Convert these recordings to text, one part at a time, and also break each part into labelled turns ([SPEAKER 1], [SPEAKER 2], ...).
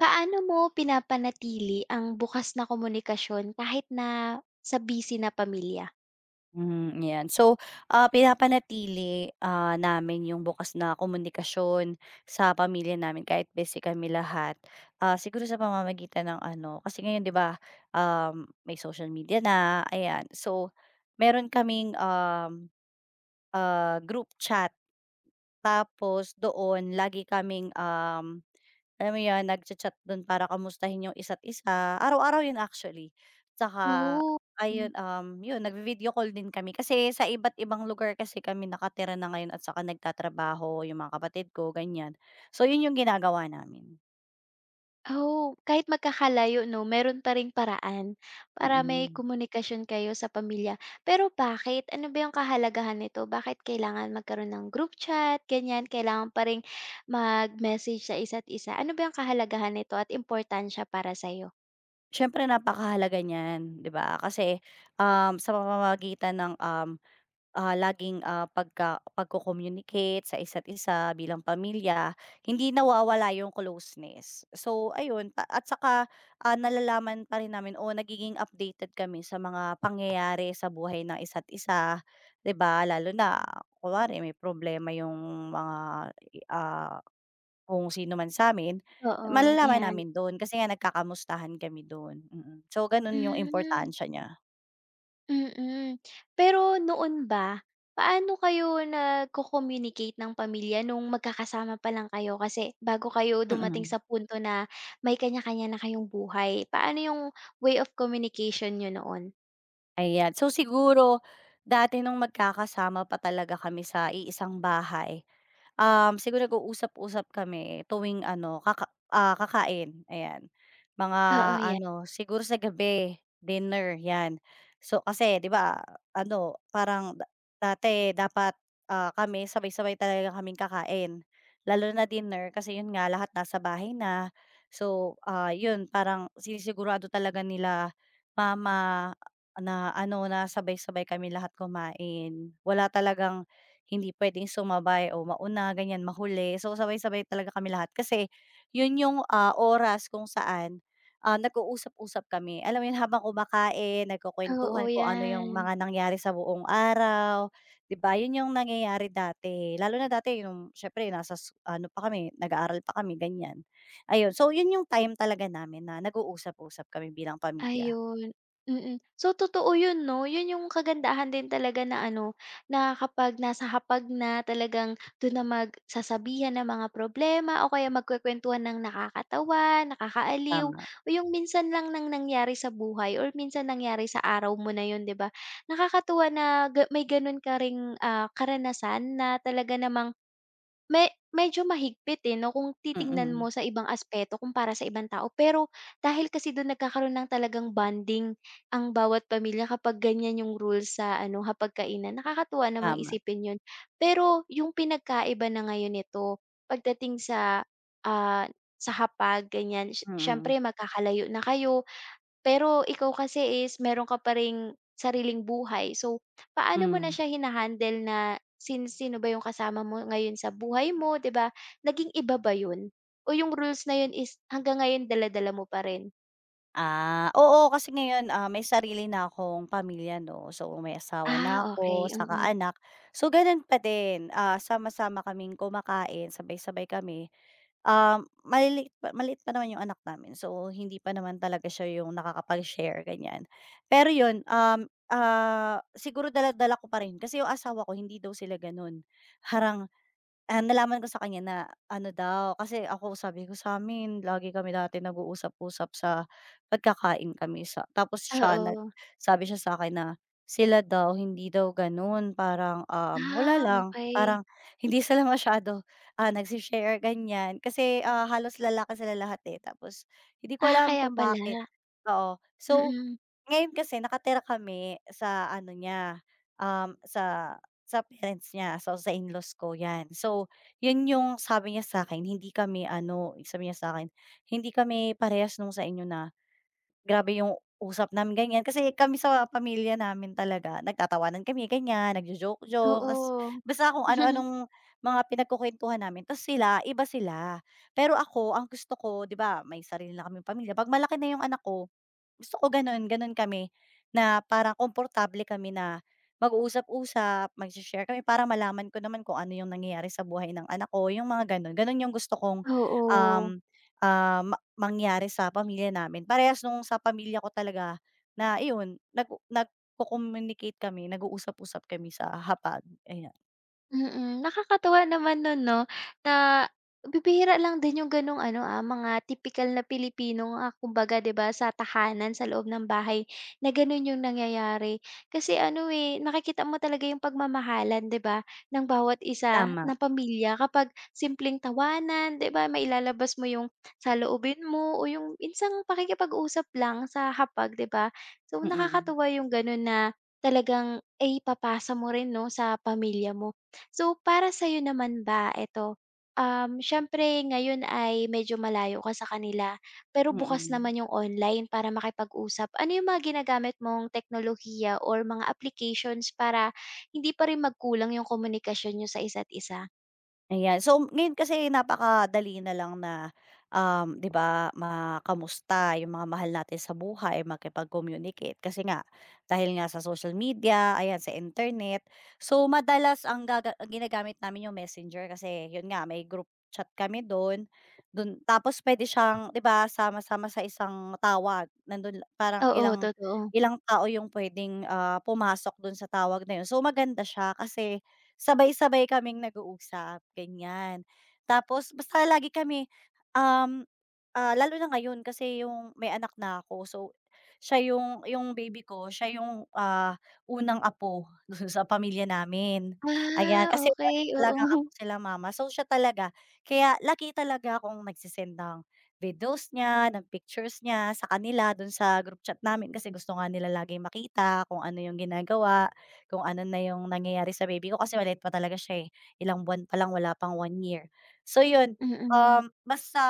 [SPEAKER 1] Paano mo pinapanatili ang bukas na komunikasyon kahit na sa busy na pamilya?
[SPEAKER 2] Hmm, 'yan. So, pinapanatili, namin yung bukas na komunikasyon sa pamilya namin kahit busy kami lahat. Siguro sa pamamagitan ng ano, kasi ngayon 'di ba, may social media na, ayan. So, meron kaming, group chat tapos doon lagi kaming, alam mo 'yun, nagcha-chat dun para kamustahin yung isa't isa, araw-araw 'yun actually. Tsaka
[SPEAKER 1] Oh.
[SPEAKER 2] ayun,
[SPEAKER 1] Hmm,
[SPEAKER 2] 'yun nagvi-video call din kami kasi sa iba't ibang lugar kasi kami nakatira na ngayon at saka nagtatrabaho yung mga kapatid ko, ganiyan. So 'yun yung ginagawa namin,
[SPEAKER 1] oh, kahit magkakalayo 'no, meron pa ring paraan para may
[SPEAKER 2] mm.
[SPEAKER 1] komunikasyon kayo sa pamilya. Pero bakit? Ano ba yung kahalagahan nito? Bakit kailangan magkaroon ng group chat, ganyan? Kailangan pa ring mag-message sa isa't isa. Ano ba yung kahalagahan nito at importansya para sa'yo?
[SPEAKER 2] Siyempre napakahalaga niyan, 'di ba? Kasi, sa pamamagitan ng, laging, pagko-communicate sa isa't isa bilang pamilya, hindi nawawala yung closeness. So ayun, pa at saka, nalalaman pa rin namin o nagiging updated kami sa mga pangyayari sa buhay ng isa't isa, 'di ba? Lalo na kunwari may problema yung mga ah kung sino man sa'min,
[SPEAKER 1] Oo,
[SPEAKER 2] malalaman
[SPEAKER 1] 'yan.
[SPEAKER 2] namin don kasi nga nagkakamustahan kami don mm. So ganun yung
[SPEAKER 1] Hmm.
[SPEAKER 2] importansya niya,
[SPEAKER 1] Mm. Pero noon ba, paano kayo nagko-communicate ng pamilya nung magkakasama pa lang kayo? Kasi bago kayo dumating
[SPEAKER 2] mm.
[SPEAKER 1] sa punto na may kanya-kanya na kayong buhay. Paano yung way of communication niyo noon?
[SPEAKER 2] Ayan. So siguro, dati nung magkakasama pa talaga kami sa iisang bahay, siguro nag-uusap-usap kami tuwing ano, kakain, ayan. Mga
[SPEAKER 1] Oo, yan.
[SPEAKER 2] ano, siguro sa gabi, dinner, 'yan. So kasi 'di ba, ano, parang dati dapat, kami sabay-sabay talaga kaming kakain, lalo na dinner kasi 'yun nga lahat nasa bahay na. So, 'yun parang sinisigurado talaga nila mama na ano, na sabay-sabay kami lahat kumain. Wala talagang hindi puwedeng sumabay o mauna, ganyan, mahuli. So, sabay-sabay talaga kami lahat kasi yun yung, oras kung saan, nag-uusap-usap kami. Alam mo yun, habang kumakain,
[SPEAKER 1] Oo,
[SPEAKER 2] nagkukuwentuhan kung ano yung
[SPEAKER 1] yan.
[SPEAKER 2] mga nangyari sa buong araw, 'di ba? Yun yung nangyayari dati. Lalo na dati yung siyempre nasa ano pa kami, nag-aaral pa kami, ganyan. Ayun, so yun yung time talaga namin na nag-uusap-usap kami bilang pamilya.
[SPEAKER 1] Ayun, mm. So totoo yun 'no, yun yung kagandahan din talaga na ano, na kapag nasa hapag na talagang dun na magsasabihan ng mga problema o kaya magkukuwentuhan ng nakakatawa, nakakaaliw
[SPEAKER 2] Tama,
[SPEAKER 1] o yung minsan lang nang nangyari sa buhay or minsan nangyari sa araw mo na yun 'di ba? Nakakatuwa na may ganun ka ring, karanasan na talaga namang medyo mahigpit, eh, 'no, kung titingnan
[SPEAKER 2] mm.
[SPEAKER 1] mo sa ibang aspeto kumpara sa ibang tao. Pero dahil kasi do'n nagkakaroon ng talagang bonding ang bawat pamilya kapag ganiyan yung rules sa ano, hapagkainan. Nakakatuwa namang
[SPEAKER 2] Tama,
[SPEAKER 1] isipin 'yon. Pero yung pinagkaiba na ngayon nito pagdating sa, ah, sa hapag ganiyan,
[SPEAKER 2] mm,
[SPEAKER 1] siyempre magkakalayo na kayo pero ikaw kasi is meron ka pa ring sariling buhay. So, paano mo na
[SPEAKER 2] hmm.
[SPEAKER 1] siya hinahandle na sino ba yung kasama mo ngayon sa buhay mo, 'di ba? Naging iba ba yun? O yung rules na yun is hanggang ngayon dala-dala mo pa rin?
[SPEAKER 2] Oo kasi ngayon, may sarili na akong pamilya 'no. So, may asawa na
[SPEAKER 1] Ah,
[SPEAKER 2] ako,
[SPEAKER 1] okey,
[SPEAKER 2] saka
[SPEAKER 1] mm.
[SPEAKER 2] anak. So, gano'n pa din, sama-sama kaming kumakain, sabay-sabay kami. Maliliit pa maliit pa naman 'yung anak namin, so hindi pa naman talaga siya 'yung nakakapag-share ganiyan. Pero 'yun, siguro dala-dala ko pa rin kasi 'yung asawa ko hindi daw sila gano'n, harang Nalaman ko sa kanya na ano daw, kasi ako sabi ko sa sa'min lagi kami dati nag-uusap-usap sa pagkakain kami sa tapos siya
[SPEAKER 1] Oo.
[SPEAKER 2] sabi siya sa'kin na sila daw hindi daw gano'n parang, wala
[SPEAKER 1] Ah,
[SPEAKER 2] lang, parang
[SPEAKER 1] okey.
[SPEAKER 2] hindi sila masyado, nagse-share ganyan kasi, halos lalaki sila lahat, eh, tapos hindi ko
[SPEAKER 1] Ah,
[SPEAKER 2] alam
[SPEAKER 1] kaya
[SPEAKER 2] kung
[SPEAKER 1] pala.
[SPEAKER 2] bakit, oo. So
[SPEAKER 1] Mm,
[SPEAKER 2] ngayon kasi nakatira kami sa ano niya, um, sa sa parents niya, so sa in-laws ko 'yan. So 'yun yung sabi niya sa'kin, hindi kami ano, sabi niya sa'kin, "Hindi kami parehas nung sa inyo na grabe yung usap namin," ganyan. Kasi kami sa pamilya namin talaga nagtatawanan kami ganyan, nagjo-joke-joke ta's
[SPEAKER 1] oo.
[SPEAKER 2] basta kung ano-anong mga pinagkukuwentuhan namin ta's sila iba sila. Pero ako ang gusto ko 'di ba may sarili na kaming pamilya, 'pag malaki na yung anak ko gusto ko gano'n, gano'n kami na parang komportable kami na mag-uusap-usap, mag share kami para malaman ko naman kung ano yung nangyayari sa buhay ng anak ko, yung mga gano'n. Gano'n yung gusto kong,
[SPEAKER 1] Oo.
[SPEAKER 2] um, ah, ma mangyari sa pamilya namin. Parehas nung sa pamilya ko talaga na iyon, nagko-communicate kami, nag-uusap-usap kami sa hapag, ayan.
[SPEAKER 1] Nakakatuwa naman nun 'no, na bibihira lang din yung gano'ng ano, mga typical na Pilipino nga kumbaga 'di ba, sa tahanan, sa loob ng bahay na gano'n yung nangyayari. Kasi ano, eh, nakikita mo talaga yung pagmamahalan 'di ba, ng bawat isa
[SPEAKER 2] Tama,
[SPEAKER 1] na pamilya kapag simpleng tawanan 'di ba, mailalabas mo yung saloobin mo o yung minsang pakikipag-usap lang sa hapag 'di ba. So
[SPEAKER 2] mm,
[SPEAKER 1] nakakatuwa yung gano'n na talagang, eh, papasa mo rin 'no, sa pamilya mo. So, para sa'yo naman ba eto, siyempre ngayon ay medyo malayo ka sa kanila, pero bukas
[SPEAKER 2] mm.
[SPEAKER 1] naman yung online para makipag-usap. Ano yung mga ginagamit mong teknolohiya or mga applications para hindi pa rin magkulang yung komunikasyon niyo sa isa't isa?
[SPEAKER 2] Ayan. So, ngayon kasi napakadali na lang na, 'di ba, makamusta yung mga mahal natin sa buhay, makipag-communicate. Kasi nga, dahil nga sa social media, ayan, sa internet. So, madalas ang gaga ang ginagamit namin yung Messenger kasi yun nga, may group chat kami dun. Dun tapos puwede siyang, 'di ba, sama-sama sa isang tawag. Nandun parang
[SPEAKER 1] Oo,
[SPEAKER 2] ilang
[SPEAKER 1] totoo.
[SPEAKER 2] ilang tao yung puwedeng, pumasok dun sa tawag na yun. So, maganda siya kasi sabay-sabay kaming nag-uusap, ganyan. Tapos basta lagi kami, um, lalo na ngayon kasi yung may anak na ako. So, siya yung baby ko, siya yung, unang apo dun sa pamilya namin, ayan.
[SPEAKER 1] Ah,
[SPEAKER 2] Kasi wala
[SPEAKER 1] okay, oo.
[SPEAKER 2] talagang apo sila mama. So, siya talaga. Kaya lagi talaga akong nagsisend ng videos niya, ng pictures niya sa kanila dun sa group chat namin kasi gusto nga nila laging makita kung ano yung ginagawa, kung ano na yung nangyayari sa baby ko kasi maliit pa talaga siya, eh. Ilang buwan pa lang, wala pang 1 year. So, yun,
[SPEAKER 1] Mm.
[SPEAKER 2] Basta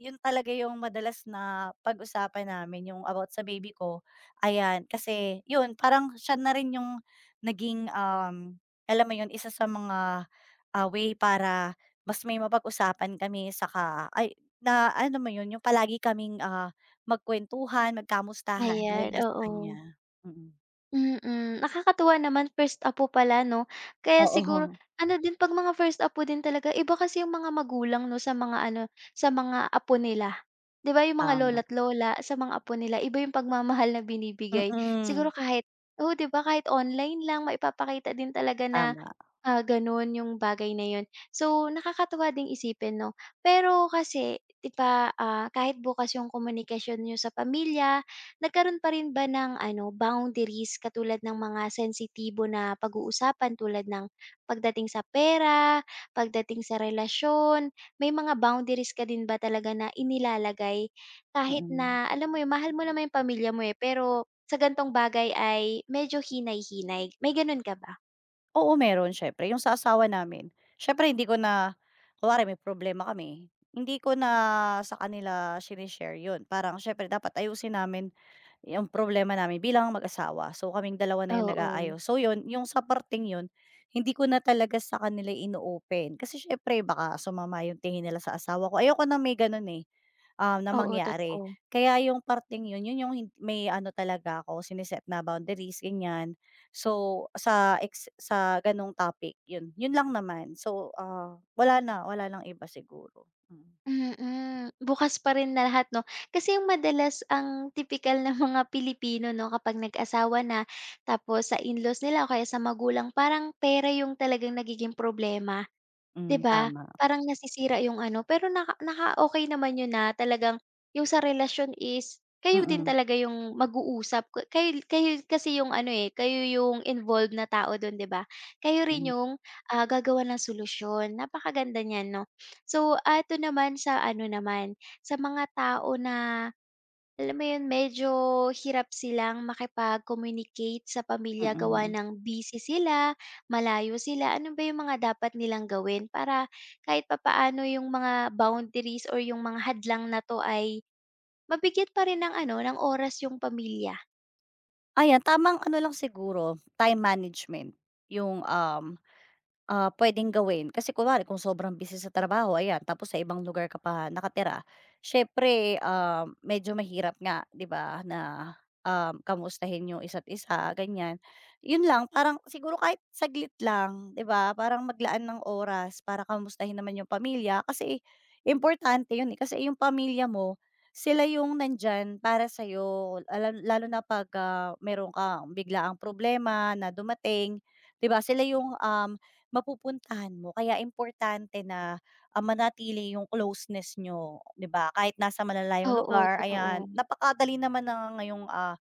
[SPEAKER 2] yun talaga yung madalas na pag-usapan namin yung about sa baby ko, ayan. Kasi yun parang siya na rin yung naging, alam mo yun isa sa mga, way para mas may mapag-usapan kami saka ay na ano mo yun yung palagi kaming, magkuwentuhan, magkamustahan dahil
[SPEAKER 1] Ayan,
[SPEAKER 2] nga sa kanya.
[SPEAKER 1] oo.
[SPEAKER 2] Mm.
[SPEAKER 1] Nakakatuwa naman, first apo pala 'no, kaya siguro
[SPEAKER 2] Oo,
[SPEAKER 1] ano din 'pag mga first apo din talaga iba kasi yung mga magulang 'no sa mga ano, sa mga apo nila. 'Di ba yung mga
[SPEAKER 2] tama.
[SPEAKER 1] lola't lola sa mga apo nila iba yung pagmamahal na binibigay.
[SPEAKER 2] Mm,
[SPEAKER 1] Siguro kahit oo 'di ba kahit online lang maipapakita din talaga na
[SPEAKER 2] tama.
[SPEAKER 1] Ah, gano'n yung bagay na yun. So, nakakatuwa ding isipin 'no. Pero kasi 'di ba, kahit bukas yung komunikasyon niyo sa pamilya, nagkaroon pa rin ba ng ano, boundaries katulad ng mga sensitibo na pag-uusapan tulad ng pagdating sa pera, pagdating sa relasyon, may mga boundaries ka din ba talaga na inilalagay kahit
[SPEAKER 2] Mm.
[SPEAKER 1] na alam mo yun, mahal mo naman yung pamilya mo, eh, pero sa gantong bagay ay medyo hinay-hinay, may gano'n ka ba?
[SPEAKER 2] Oo, meron siyempre. Yung sa asawa namin, siyempre hindi ko na kunwari may problema kami, hindi ko na sa kanila shine-share yun. Parang siyempre dapat ayusin namin yung problema namin bilang mag-asawa. So, kaming dalawa na yung
[SPEAKER 1] Oo.
[SPEAKER 2] nag-aayos. So, yun, yung sa parteng yun, hindi ko na talaga sa kanila ino-open. Kasi syempre baka sumama yung tingin nila sa asawa ko. Ayoko na may ganun, eh, na
[SPEAKER 1] Oo,
[SPEAKER 2] mangyari.
[SPEAKER 1] totoo.
[SPEAKER 2] Kaya yung parting yun, yun yung may ano talaga ako, siniset na boundaries, ganyan. So, sa ex sa ganong topic, yun. Yun lang naman. So, wala na, wala ng iba siguro. Mm.
[SPEAKER 1] Bukas pa rin na lahat 'no? Kasi yung madalas ang tipikal ng mga Pilipino 'no, kapag nag-asawa na tapos sa in-laws nila o kaya sa magulang parang pera yung talagang nagiging problema. 'Di
[SPEAKER 2] Hmm,
[SPEAKER 1] ba?
[SPEAKER 2] tama.
[SPEAKER 1] Parang nasisira yung ano, pero naka-okey naman yun na talagang yung sa relasyon is kayo din
[SPEAKER 2] Mm,
[SPEAKER 1] talaga yung mag-uusap, kayo kayo kasi yung ano, eh, kayo yung involved na tao dun, 'di ba? Kayo rin yung, gagawan ng solusyon, napakaganda niyan 'no? So, ito naman sa ano naman, sa mga tao na alam mo yun, medyo hirap silang makipag-communicate sa
[SPEAKER 2] mm,
[SPEAKER 1] pamilya gawa
[SPEAKER 2] mm.
[SPEAKER 1] ng busy sila, malayo sila. Ano ba yung mga dapat nilang gawin para kahit papaano yung mga boundaries or yung mga hadlang na 'to ay mabigyan pa rin ng ano, ng oras yung pamilya?
[SPEAKER 2] Ayan, tamang ano lang siguro, time management. Yung puwedeng gawin kasi kunwari kung sobrang busy sa trabaho ayan tapos sa ibang lugar ka pa nakatira, siyempre, medyo mahirap nga 'di ba na, kamustahin yung isa't isa ganyan. Yun lang parang siguro kahit saglit lang 'di ba parang maglaan ng oras para kamustahin naman yung pamilya kasi importante yun, eh, kasi yung pamilya mo sila yung nandyan para sa'yo alam lalo na 'pag, meron kang biglaang problema na dumating 'di ba sila yung, mapupuntahan mo kaya importante na, manatili yung closeness nyo, 'di ba? Kahit nasa malalayong
[SPEAKER 1] Oo,
[SPEAKER 2] lugar, ayan.
[SPEAKER 1] totoo.
[SPEAKER 2] Napakadali naman na ngayong,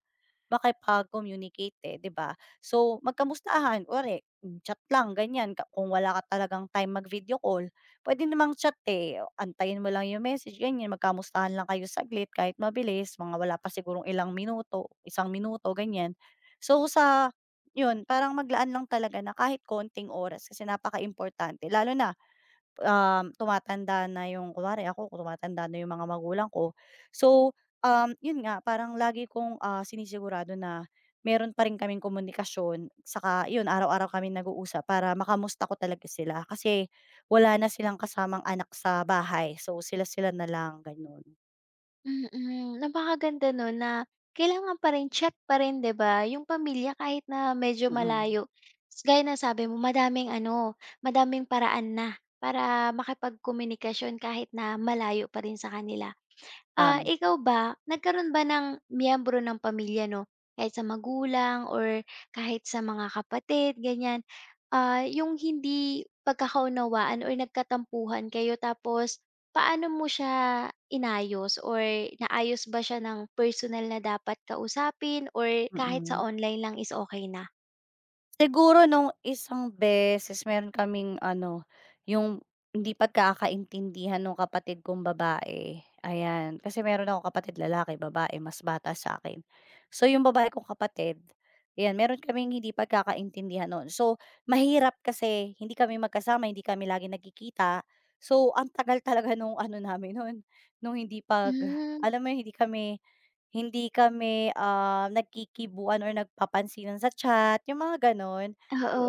[SPEAKER 2] makipag-communicate, eh, 'di ba? So, magkamustahan kunwari chat lang ganyan ka kung wala ka talagang time mag-video call, puwede namang chat, eh, antayin mo lang yung message ganyan, magkamustahan lang kayo saglit kahit mabilis, mga wala pa sigurong ilang minuto, isang minuto ganyan. So, sa yun parang maglaan lang talaga na kahit konting oras kasi napaka importante, lalo na tumatanda na yung kunwari ako tumatanda na yung mga magulang ko. So, yun nga parang lagi kong, sinisigurado na meron pa rin kaming komunikasyon saka yun araw-araw kami nag-uusap para makamusta ko talaga sila kasi wala na silang kasamang anak sa bahay. So, sila-sila na lang gano'n.
[SPEAKER 1] Napakaganda nun na kailangan pa rin, chat pa rin 'di ba, yung pamilya kahit na medyo
[SPEAKER 2] Mm,
[SPEAKER 1] malayo. Gaya na sabi mo madaming ano, madaming paraan na para makipagkomunikasyon kahit na malayo pa rin sa kanila. Ah,
[SPEAKER 2] tama,
[SPEAKER 1] ikaw ba, nagkaroon ba ng miyembro ng pamilya 'no, kahit sa magulang or kahit sa mga kapatid ganyan, yung hindi pagkakaunawaan or nagkatampuhan kayo tapos paano mo siya inayos or naayos ba siya ng personal na dapat kausapin or kahit sa
[SPEAKER 2] mm.
[SPEAKER 1] online lang is okay na?
[SPEAKER 2] Siguro nung isang beses meron kaming ano, yung hindi pagkakaintindihan nung kapatid kong babae, ayan. Kasi meron akong kapatid lalaki, babae, mas bata sa akin. So, yung babae kong kapatid, ayan, meron kaming hindi pagkakaintindihan no'n. So, mahirap kasi hindi kami magkasama, hindi kami lagi nagkikita. So, ang tagal talaga nung ano namin no'n, nung hindi
[SPEAKER 1] Hmm,
[SPEAKER 2] alam mo yun, hindi kami nagkikibuan or nagpapansinan sa chat, yung mga gano'n.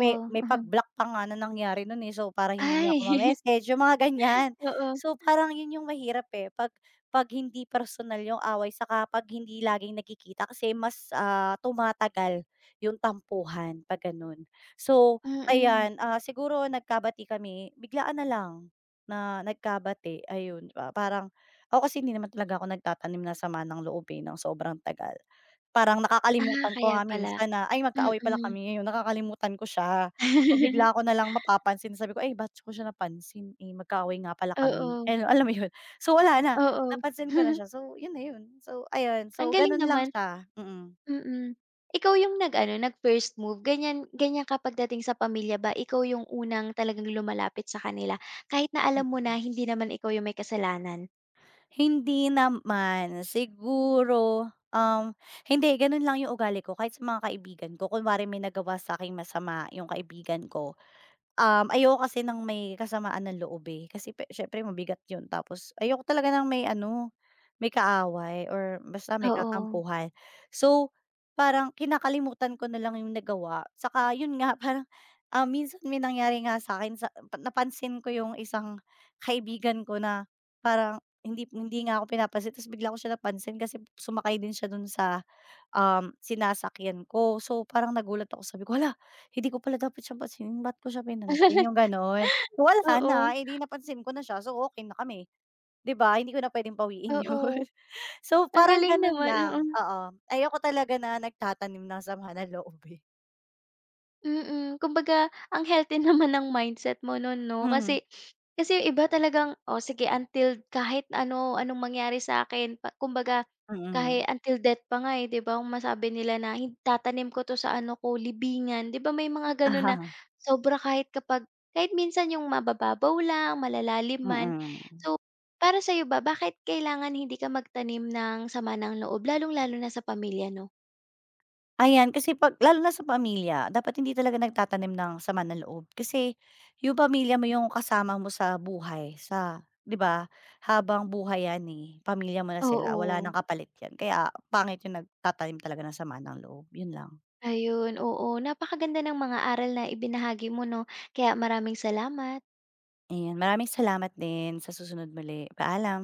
[SPEAKER 2] May may
[SPEAKER 1] mhm.
[SPEAKER 2] pag-block pa nga na nangyari nun, eh, so para hindi niya
[SPEAKER 1] Ay,
[SPEAKER 2] ako ma-message, yung mga ganyan.
[SPEAKER 1] oo,
[SPEAKER 2] So parang yun yung mahirap, eh, 'pag hindi personal yung away saka 'pag hindi laging nagkikita kasi mas, tumatagal yung tampuhan 'pag gano'n. So
[SPEAKER 1] mm.
[SPEAKER 2] ayan, siguro nagkabati kami, biglaan na lang na nagkabati, ayun. Parang ako kasi hindi naman talaga ako nagtatanim ng sama ng loob, eh, ng sobrang tagal. Parang
[SPEAKER 1] Ah,
[SPEAKER 2] nakakalimutan ko
[SPEAKER 1] kaya
[SPEAKER 2] nga
[SPEAKER 1] pala,
[SPEAKER 2] minsan na, "Ay magkaaway pala
[SPEAKER 1] mm.
[SPEAKER 2] kami." Yun. Nakakalimutan ko siya. So, bigla ko na lang mapapansin sabi ko, "Ay ba't ko siya napansin, eh, magkaaway nga pala kami."
[SPEAKER 1] Oo.
[SPEAKER 2] Ano, alam mo yun? So, wala na,
[SPEAKER 1] Oo.
[SPEAKER 2] napansin ko na siya. So, yun na yun. So, ayun.
[SPEAKER 1] Ang
[SPEAKER 2] So,
[SPEAKER 1] galing
[SPEAKER 2] ganun lang
[SPEAKER 1] naman,
[SPEAKER 2] siya, mm.
[SPEAKER 1] mm. Ikaw yung nag-first move, ganyan ganyan kapag dating sa pamilya ba, ikaw yung unang talagang lumalapit sa kanila kahit na alam mo na hindi naman ikaw yung may kasalanan?
[SPEAKER 2] Hindi naman. Siguro, hindi ganun lang yung ugali ko kahit sa mga kaibigan ko. Kunwari may nagawa sa akin masama yung kaibigan ko. Ayoko kasi ng may kasamaan ng loob, eh, kasi siyempre mabigat 'yun tapos ayoko talaga ng may ano, may kaaway or basta may
[SPEAKER 1] Oo.
[SPEAKER 2] katampuhan. So, parang kinakalimutan ko na lang 'yung nagawa saka 'yun nga parang, minsan may nangyari nga sa'kin sa napansin ko 'yung isang kaibigan ko na parang hindi hindi nga ako pinapansin ta's bigla ko siya napansin kasi sumakay din siya dun sa sinasakyan ko. So, parang nagulat ako sabi ko, "Hala, hindi ko pala dapat siya pansinin, ba't ko siya pinansin?" Yung gano'n. So, wala
[SPEAKER 1] Oo,
[SPEAKER 2] na, eh, napansin ko na siya, so okay na kami, 'di ba? Hindi ko na puwedeng bawiin yun.
[SPEAKER 1] oo.
[SPEAKER 2] So,
[SPEAKER 1] Ang
[SPEAKER 2] parang
[SPEAKER 1] galing
[SPEAKER 2] gano'n
[SPEAKER 1] naman, oo.
[SPEAKER 2] lang, oo. Ayoko talaga na nagtatanim ng sama ng loob, eh.
[SPEAKER 1] Kumbaga ang healthy naman ng mindset mo nun 'no,
[SPEAKER 2] Mhm, mm.
[SPEAKER 1] kasi kasi yung iba talagang, "Oh, sige until kahit ano, anong mangyari sa'kin." Kumbaga
[SPEAKER 2] Mm.
[SPEAKER 1] kahit until death pa nga, eh, 'di ba, kung masabi nila na, Tatanim ko 'to sa ano ko, libingan." 'Di ba may mga gano'n na sobra kahit kapag kahit minsan yung mabababaw lang, malalalim
[SPEAKER 2] Ah,
[SPEAKER 1] man.
[SPEAKER 2] mm.
[SPEAKER 1] So, para sa'yo ba, bakit kailangan hindi ka magtanim ng sama ng loob lalong-lalo na sa pamilya 'no?
[SPEAKER 2] Ayan, kasi 'pag lalo na sa pamilya dapat hindi talaga nagtatanim ng sama ng loob. Kasi yung pamilya mo yung kasama mo sa buhay, sa 'di ba, habang buhay 'yan, eh, pamilya mo na sila, wala ng
[SPEAKER 1] Oo.
[SPEAKER 2] kapalit 'yan. Kaya pangit yung nagtatanim talaga ng sama ng loob, yun lang.
[SPEAKER 1] Ayun, oo. Napakaganda ng mga aral na ibinahagi mo 'no, kaya maraming salamat.
[SPEAKER 2] Ayan, maraming salamat din. Sa susunod muli, paalam.